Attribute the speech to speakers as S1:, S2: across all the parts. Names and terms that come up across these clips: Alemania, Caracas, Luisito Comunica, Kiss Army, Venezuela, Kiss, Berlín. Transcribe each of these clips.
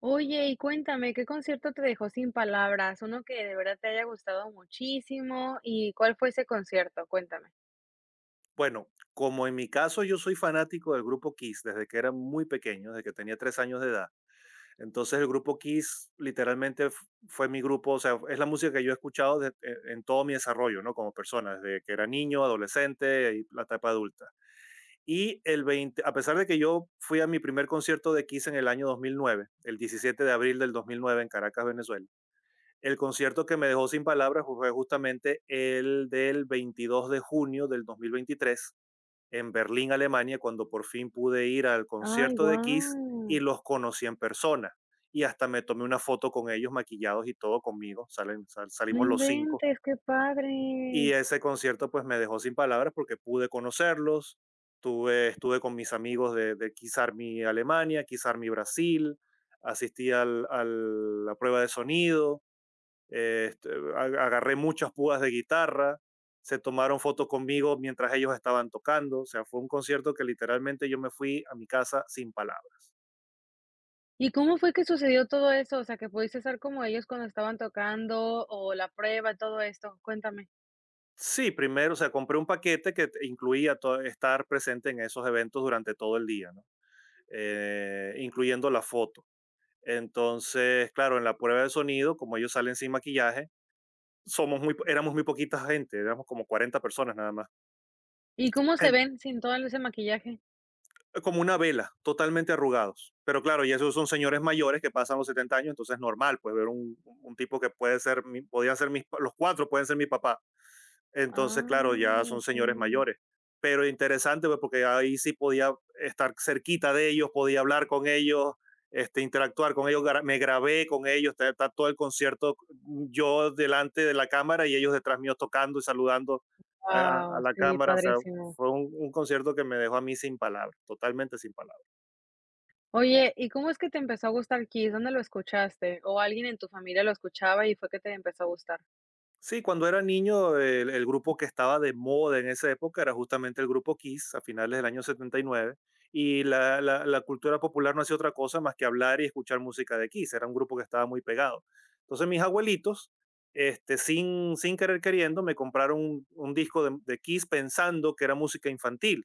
S1: Oye, y cuéntame, ¿qué concierto te dejó sin palabras? Uno que de verdad te haya gustado muchísimo. ¿Y cuál fue ese concierto? Cuéntame.
S2: Bueno, como en mi caso yo soy fanático del grupo Kiss desde que era muy pequeño, desde que tenía 3 años de edad. Entonces el grupo Kiss literalmente f fue mi grupo, o sea, es la música que yo he escuchado de en todo mi desarrollo, ¿no? Como persona, desde que era niño, adolescente y la etapa adulta. Y a pesar de que yo fui a mi primer concierto de Kiss en el año 2009, el 17 de abril de 2009 en Caracas, Venezuela, el concierto que me dejó sin palabras fue justamente el del 22 de junio de 2023 en Berlín, Alemania, cuando por fin pude ir al
S1: Ay,
S2: concierto de Kiss
S1: guau.
S2: y los conocí en persona. Y hasta me tomé una foto con ellos maquillados y todo conmigo.
S1: No
S2: Salimos los cinco.
S1: inventes, qué
S2: Y
S1: padre.
S2: ese concierto pues me dejó sin palabras porque pude conocerlos. Estuve con mis amigos de Kiss Army Alemania, Kiss Army Brasil. Asistí a la prueba de sonido. eh, este, Agarré muchas púas de guitarra, se tomaron fotos conmigo mientras ellos estaban tocando. O sea, fue un concierto que literalmente yo me fui a mi casa sin palabras.
S1: ¿Y cómo fue que sucedió todo eso? O sea, que pudiste estar como ellos cuando estaban tocando o la prueba, todo esto. Cuéntame.
S2: Sí, primero, o sea, compré un paquete que incluía estar presente en esos eventos durante todo el día, ¿no? Incluyendo la foto. Entonces, claro, en la prueba de sonido, como ellos salen sin maquillaje, éramos muy poquita gente, éramos como 40 personas nada más.
S1: ¿Y cómo se ven sin todo ese maquillaje?
S2: Como una vela, totalmente arrugados. Pero claro, y esos son señores mayores que pasan los 70 años, entonces es normal, pues, ver un tipo que puede ser, podía ser mis, los cuatro pueden ser mi papá. Entonces,
S1: Ah,
S2: claro, ya son
S1: okey.
S2: señores mayores. Pero interesante, pues, porque ahí sí podía estar cerquita de ellos, podía hablar con ellos, interactuar con ellos. Me grabé con ellos, está todo el concierto, yo delante de la cámara y ellos detrás mío tocando y saludando
S1: Wow,
S2: a la
S1: sí,
S2: cámara. O sea,
S1: padrísimo.
S2: fue un concierto que me dejó a mí sin palabras, totalmente sin palabras.
S1: Oye, ¿y cómo es que te empezó a gustar Kiss? ¿Dónde lo escuchaste? ¿O alguien en tu familia lo escuchaba y fue que te empezó a gustar?
S2: Sí, cuando era niño, el grupo que estaba de moda en esa época era justamente el grupo Kiss a finales del año 79. Y nueve. Y la cultura popular no hacía otra cosa más que hablar y escuchar música de Kiss. Era un grupo que estaba muy pegado. Entonces mis abuelitos, sin querer queriendo, me compraron un disco de Kiss pensando que era música infantil,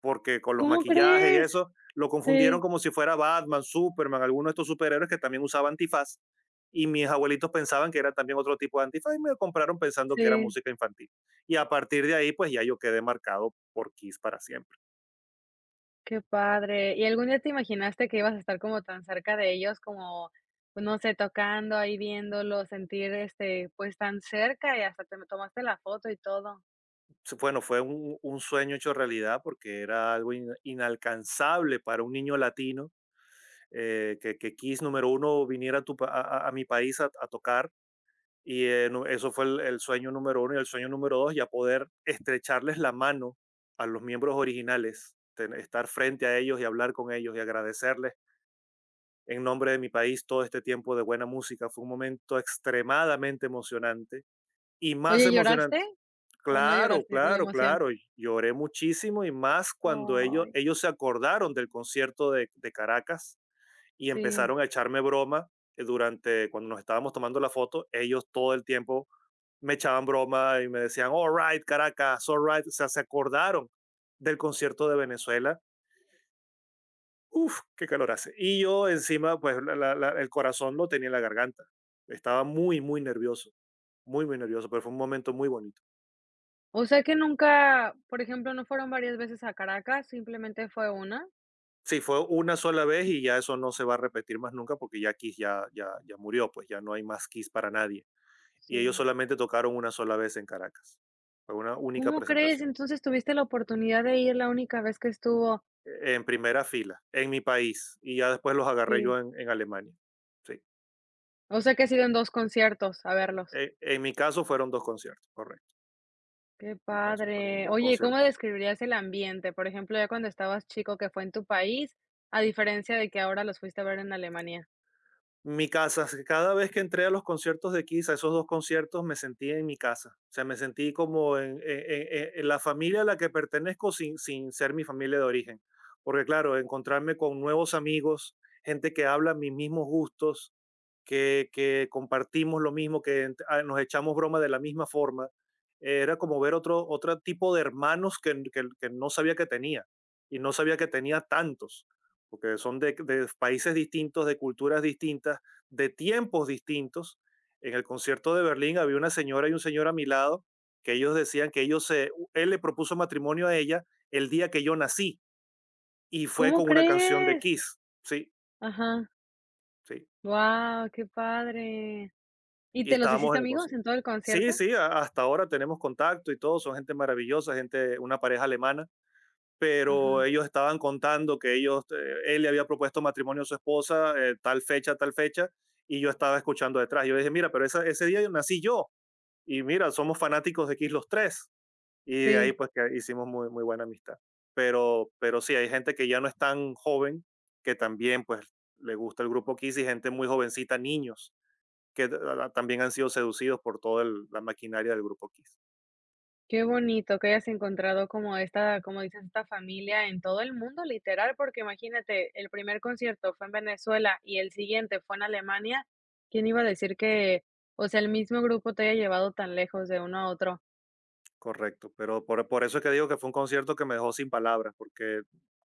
S2: porque con los
S1: ¿Cómo
S2: maquillajes y
S1: crees?
S2: eso, lo confundieron
S1: Sí,
S2: como si fuera Batman, Superman, alguno de estos superhéroes que también usaba antifaz. Y mis abuelitos pensaban que era también otro tipo de antifaz y me lo compraron pensando que era
S1: sí,
S2: música infantil. Y a partir de ahí, pues, ya yo quedé marcado por Kiss para siempre.
S1: qué padre. ¿Y algún día te imaginaste que ibas a estar como tan cerca de ellos, como, pues, no sé, tocando ahí, viéndolo, sentir, este, pues, tan cerca y hasta te tomaste la foto y todo?
S2: Bueno, fue un sueño hecho realidad porque era algo inalcanzable para un niño latino, que Kiss número uno viniera a mi país a tocar. Y eso fue el sueño número uno, y el sueño número dos, ya poder estrecharles la mano a los miembros originales, estar frente a ellos y hablar con ellos y agradecerles en nombre de mi país todo este tiempo de buena música. Fue un momento extremadamente emocionante y más
S1: Oye,
S2: emocionante.
S1: ¿lloraste o no
S2: Claro,
S1: lloraste de la
S2: claro,
S1: emoción?
S2: claro. Y lloré muchísimo, y más cuando ellos,
S1: Ay,
S2: ellos se acordaron del concierto de Caracas y
S1: sí.
S2: empezaron a echarme broma, durante, cuando nos estábamos tomando la foto. Ellos todo el tiempo me echaban broma y me decían, "All right, Caracas, all right". O sea, se acordaron del concierto de Venezuela. Uf, qué calor hace. Y yo encima, pues, el corazón lo tenía en la garganta. Estaba muy, muy nervioso. Muy, muy nervioso, pero fue un momento muy bonito.
S1: O sea que nunca, por ejemplo, ¿no fueron varias veces a Caracas, simplemente fue una?
S2: Sí, fue una sola vez y ya eso no se va a repetir más nunca, porque ya Kiss, ya murió, pues ya no hay más Kiss para nadie. Y ellos
S1: Sí.
S2: solamente tocaron una sola vez en Caracas. Fue una única
S1: ¿Cómo crees?
S2: presentación.
S1: Entonces tuviste la oportunidad de ir la única vez que estuvo.
S2: En primera fila en mi país, y ya después los agarré
S1: Sí.
S2: yo en Alemania. Sí.
S1: O sea que has ido en 2 conciertos a verlos.
S2: En mi caso fueron dos conciertos, correcto.
S1: Qué
S2: En mi caso fueron
S1: padre.
S2: dos
S1: Oye, ¿y cómo
S2: conciertos.
S1: describirías el ambiente? Por ejemplo, ya cuando estabas chico que fue en tu país, a diferencia de que ahora los fuiste a ver en Alemania.
S2: Mi casa, cada vez que entré a los conciertos de Kiss, a esos dos conciertos, me sentí en mi casa. O sea, me sentí como en la familia a la que pertenezco, sin ser mi familia de origen. Porque claro, encontrarme con nuevos amigos, gente que habla mis mismos gustos, que compartimos lo mismo, nos echamos broma de la misma forma. Era como ver otro, tipo de hermanos que no sabía que tenía, y no sabía que tenía tantos, porque son de países distintos, de culturas distintas, de tiempos distintos. En el concierto de Berlín había una señora y un señor a mi lado que ellos decían que él le propuso matrimonio a ella el día que yo nací, y fue
S1: ¿Cómo
S2: con una canción de
S1: crees?
S2: Kiss. Sí,
S1: Ajá.
S2: sí.
S1: Wow, qué padre. ¿Y
S2: Y
S1: te los
S2: estábamos
S1: hiciste
S2: en el
S1: amigos
S2: concierto.
S1: en todo el
S2: Sí,
S1: concierto?
S2: sí, hasta ahora tenemos contacto y todo, son gente maravillosa, gente, una pareja alemana, pero
S1: Ajá,
S2: ellos estaban contando que él le había propuesto matrimonio a su esposa, tal fecha, y yo estaba escuchando detrás. Yo dije, "Mira, pero ese día nací yo, y mira, somos fanáticos de Kiss los tres". Y de ahí
S1: sí.
S2: pues que hicimos muy, muy buena amistad. Pero sí, hay gente que ya no es tan joven, que también pues le gusta el grupo Kiss, y gente muy jovencita, niños, que también han sido seducidos por toda la maquinaria del grupo Kiss.
S1: Qué bonito que hayas encontrado como esta, como dices, esta familia en todo el mundo, literal, porque imagínate, el primer concierto fue en Venezuela y el siguiente fue en Alemania. ¿Quién iba a decir que, o sea, el mismo grupo te haya llevado tan lejos de uno a otro?
S2: Correcto, pero por eso es que digo que fue un concierto que me dejó sin palabras, porque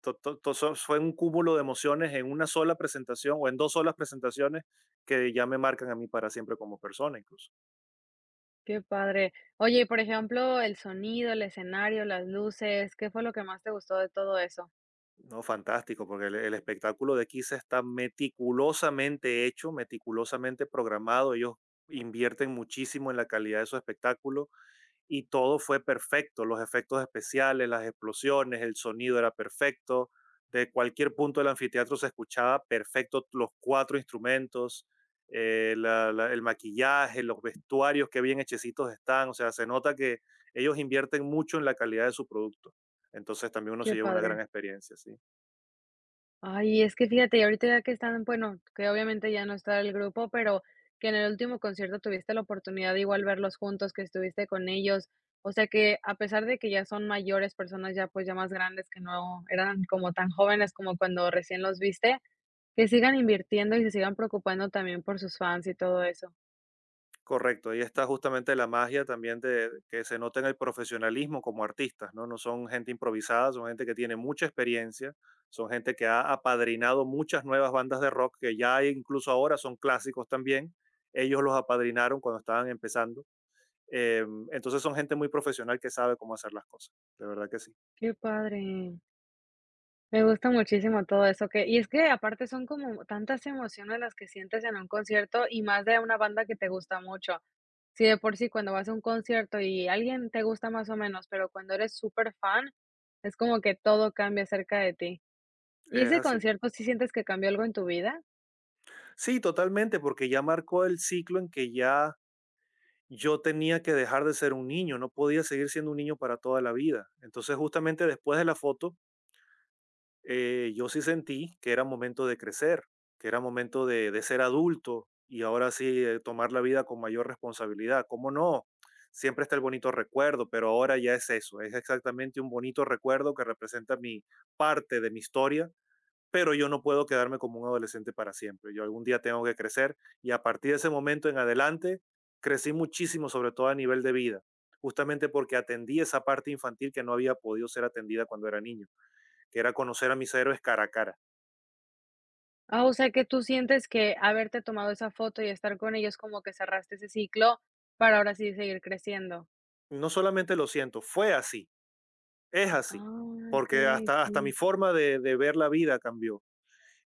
S2: fue un cúmulo de emociones en una sola presentación, o en dos solas presentaciones, que ya me marcan a mí para siempre como persona incluso.
S1: Qué padre. Oye, y por ejemplo, el sonido, el escenario, las luces, ¿qué fue lo que más te gustó de todo eso?
S2: No, fantástico, porque el espectáculo de Kiss está meticulosamente hecho, meticulosamente programado. Ellos invierten muchísimo en la calidad de su espectáculo, y todo fue perfecto: los efectos especiales, las explosiones, el sonido era perfecto, de cualquier punto del anfiteatro se escuchaba perfecto los cuatro instrumentos. El maquillaje, los vestuarios, que bien hechecitos están. O sea, se nota que ellos invierten mucho en la calidad de su producto. Entonces también uno se
S1: Qué
S2: lleva una gran
S1: padre.
S2: experiencia, sí.
S1: Ay, es que fíjate, ahorita ya que están, bueno, que obviamente ya no está el grupo, pero que en el último concierto tuviste la oportunidad de igual verlos juntos, que estuviste con ellos. O sea que a pesar de que ya son mayores personas, ya pues ya más grandes, que no eran como tan jóvenes como cuando recién los viste, que sigan invirtiendo y se sigan preocupando también por sus fans y todo eso.
S2: Correcto, ahí está justamente la magia también, de que se nota en el profesionalismo como artistas, ¿no? No son gente improvisada, son gente que tiene mucha experiencia, son gente que ha apadrinado muchas nuevas bandas de rock que ya hay, incluso ahora son clásicos también. Ellos los apadrinaron cuando estaban empezando. Entonces son gente muy profesional que sabe cómo hacer las cosas, de verdad que sí,
S1: Qué padre. Me gusta muchísimo todo eso que es que aparte son como tantas emociones las que sientes en un concierto y más de una banda que te gusta mucho. Sí, de por sí, cuando vas a un concierto y alguien te gusta más o menos, pero cuando eres súper fan es como que todo cambia acerca de ti. ¿Y
S2: es
S1: ese
S2: así.
S1: concierto sí sientes que cambió algo en tu vida?
S2: Sí, totalmente, porque ya marcó el ciclo en que ya yo tenía que dejar de ser un niño, no podía seguir siendo un niño para toda la vida. Entonces, justamente después de la foto, yo sí sentí que era momento de crecer, que era momento de ser adulto y ahora sí tomar la vida con mayor responsabilidad. ¿Cómo no? Siempre está el bonito recuerdo, pero ahora ya es eso, es exactamente un bonito recuerdo que representa mi parte de mi historia, pero yo no puedo quedarme como un adolescente para siempre. Yo algún día tengo que crecer, y a partir de ese momento en adelante crecí muchísimo, sobre todo a nivel de vida, justamente porque atendí esa parte infantil que no había podido ser atendida cuando era niño, que era conocer a mis héroes cara a cara.
S1: Ah, o sea, que tú sientes que haberte tomado esa foto y estar con ellos como que cerraste ese ciclo para ahora sí seguir creciendo.
S2: No solamente lo siento, fue así, es así,
S1: Ah,
S2: porque
S1: okey,
S2: hasta mi
S1: sí,
S2: forma de ver la vida cambió.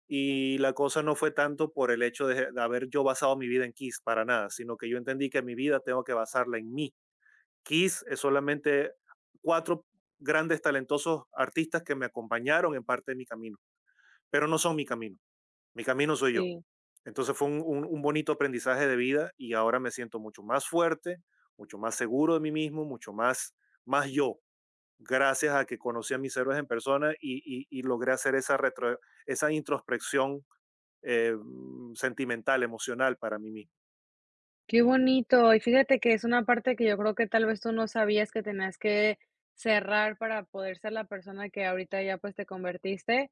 S2: Y la cosa no fue tanto por el hecho de haber yo basado mi vida en Kiss, para nada, sino que yo entendí que mi vida tengo que basarla en mí. Kiss es solamente cuatro grandes talentosos artistas que me acompañaron en parte de mi camino, pero no son mi camino soy yo.
S1: sí.
S2: Entonces fue un bonito aprendizaje de vida, y ahora me siento mucho más fuerte, mucho más seguro de mí mismo, mucho más, más yo, gracias a que conocí a mis héroes en persona, y logré hacer esa introspección, eh, sentimental, emocional, para mí mismo.
S1: Qué bonito. Y fíjate que es una parte que yo creo que tal vez tú no sabías que tenías que cerrar para poder ser la persona que ahorita ya, pues, te convertiste.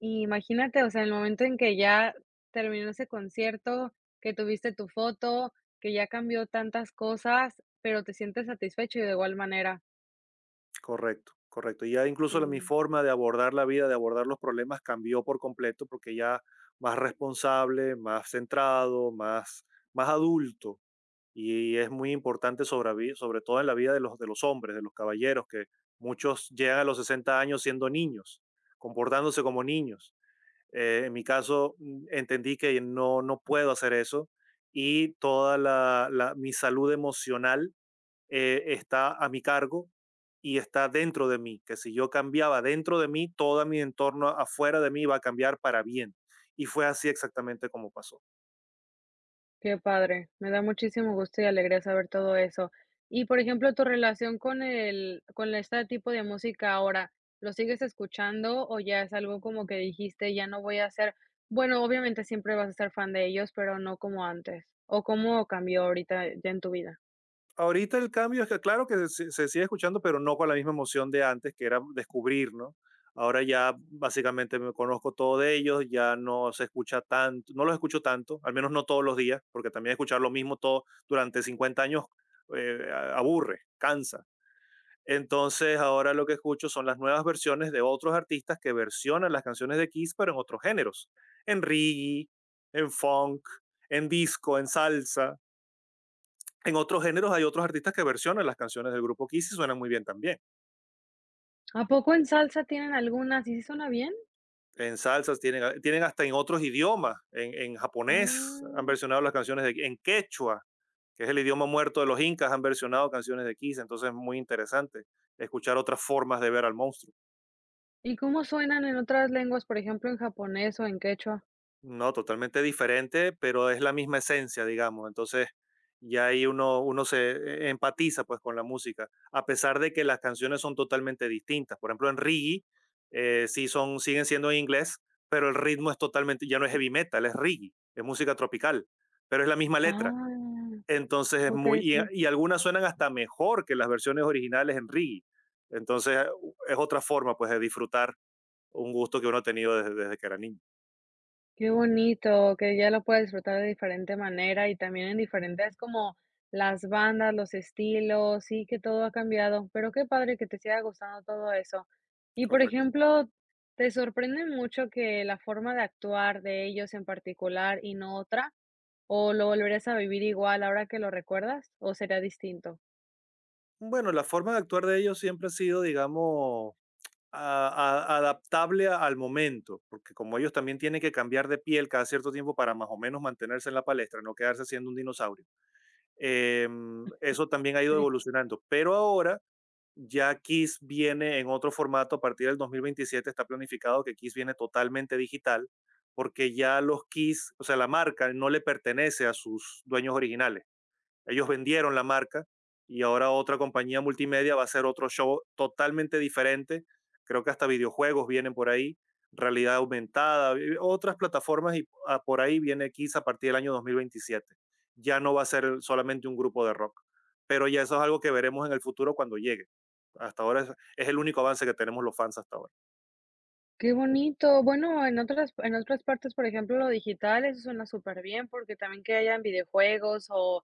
S1: Y imagínate, o sea, el momento en que ya terminó ese concierto, que tuviste tu foto, que ya cambió tantas cosas, pero te sientes satisfecho y de igual manera.
S2: Correcto, correcto. Y ya incluso mi
S1: Sí,
S2: forma de abordar la vida, de abordar los problemas, cambió por completo, porque ya más responsable, más centrado, más adulto. Y es muy importante sobre todo en la vida de de los hombres, de los caballeros, que muchos llegan a los 60 años siendo niños, comportándose como niños. En mi caso, entendí que no puedo hacer eso y toda mi salud emocional está a mi cargo y está dentro de mí, que si yo cambiaba dentro de mí, todo mi entorno afuera de mí iba a cambiar para bien. Y fue así exactamente como pasó.
S1: qué padre. Me da muchísimo gusto y alegría saber todo eso. Y por ejemplo, tu relación con la- este tipo de música ahora, ¿lo sigues escuchando o ya es algo como que dijiste, ya no voy a ser bueno, obviamente siempre vas a ser fan de ellos, pero no como antes? ¿O cómo cambió ahorita ya en tu vida?
S2: Ahorita el cambio es que, claro que se sigue escuchando, pero no con la misma emoción de antes, que era descubrir, ¿no? Ahora ya básicamente me conozco todo de ellos, ya no se escucha tanto, no los escucho tanto, al menos no todos los días, porque también escuchar lo mismo todo durante 50 años aburre, cansa. Entonces, ahora lo que escucho son las nuevas versiones de otros artistas que versionan las canciones de Kiss, pero en otros géneros. En reggae, en funk, en disco, en salsa. En otros géneros hay otros artistas que versionan las canciones del grupo Kiss y suenan muy bien también.
S1: ¿A poco en salsa tienen algunas? ¿Y si suena bien?
S2: En salsas tienen, ah, tienen hasta en otros idiomas. En japonés han
S1: Ah,
S2: versionado las canciones de en quechua, que es el idioma muerto de los incas, han versionado canciones de Kiss. Entonces, es muy interesante escuchar otras formas de ver al monstruo.
S1: ¿y cómo suenan en otras lenguas, por ejemplo, en japonés o en quechua?
S2: No, totalmente diferente, pero es la misma esencia, digamos. Entonces, ya ahí uno se empatiza pues con la música, a pesar de que las canciones son totalmente distintas. Por ejemplo, en reggae sí son, siguen siendo en inglés, pero el ritmo es totalmente, ya no es heavy metal, es reggae, es música tropical, pero es la misma letra.
S1: Ah,
S2: Entonces es muy,
S1: okey, sí.
S2: y algunas suenan hasta mejor que las versiones originales en reggae. Entonces, es otra forma pues de disfrutar un gusto que uno ha tenido desde que era niño.
S1: Qué bonito, que ya lo puedes disfrutar de diferente manera y también en diferentes como las bandas, los estilos, sí, que todo ha cambiado, pero qué padre que te siga gustando todo eso. Y, por
S2: Correcto.
S1: ejemplo, ¿te sorprende mucho que la forma de actuar de ellos en particular y no otra? ¿O lo volverías a vivir igual ahora que lo recuerdas, o sería distinto?
S2: Bueno, la forma de actuar de ellos siempre ha sido, digamos, a- adaptable al momento, porque como ellos también tienen que cambiar de piel cada cierto tiempo para más o menos mantenerse en la palestra, no quedarse siendo un dinosaurio. Eso también ha ido
S1: Sí.
S2: evolucionando, pero ahora ya Kiss viene en otro formato, a partir del 2027 está planificado que Kiss viene totalmente digital, porque ya los Kiss, o sea, la marca no le pertenece a sus dueños originales. Ellos vendieron la marca y ahora otra compañía multimedia va a hacer otro show totalmente diferente. Creo que hasta videojuegos vienen por ahí, realidad aumentada, otras plataformas y ah, por ahí viene Kiss a partir del año 2027. Ya no va a ser solamente un grupo de rock, pero ya eso es algo que veremos en el futuro cuando llegue. Hasta ahora es el único avance que tenemos los fans hasta ahora.
S1: Qué bonito. Bueno, en otras partes, por ejemplo, lo digital, eso suena súper bien porque también que hayan videojuegos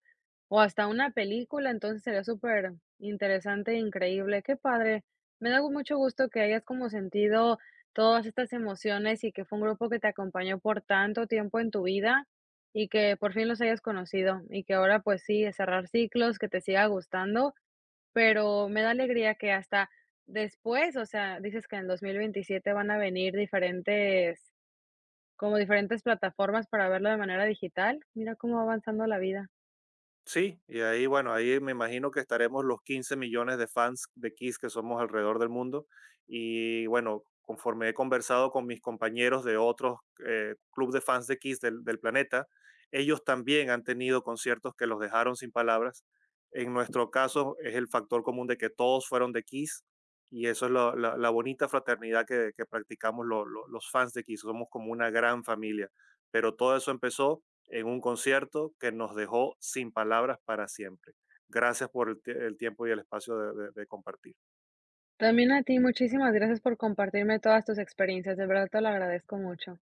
S1: o hasta una película, entonces sería súper interesante e increíble. Qué padre. Me da mucho gusto que hayas como sentido todas estas emociones y que fue un grupo que te acompañó por tanto tiempo en tu vida y que por fin los hayas conocido y que ahora, pues sí, cerrar ciclos, que te siga gustando. Pero me da alegría que hasta después, o sea, dices que en el 2027 van a venir diferentes, como diferentes plataformas para verlo de manera digital. Mira cómo va avanzando la vida.
S2: Sí, y ahí, bueno, ahí me imagino que estaremos los 15 millones de fans de Kiss que somos alrededor del mundo. Y bueno, conforme he conversado con mis compañeros de otros club de fans de Kiss del planeta, ellos también han tenido conciertos que los dejaron sin palabras. En nuestro caso es el factor común de que todos fueron de Kiss y eso es la bonita fraternidad que practicamos los fans de Kiss. Somos como una gran familia, pero todo eso empezó en un concierto que nos dejó sin palabras para siempre. Gracias por el tiempo y el espacio de compartir.
S1: También a ti, muchísimas gracias por compartirme todas tus experiencias, de verdad te lo agradezco mucho.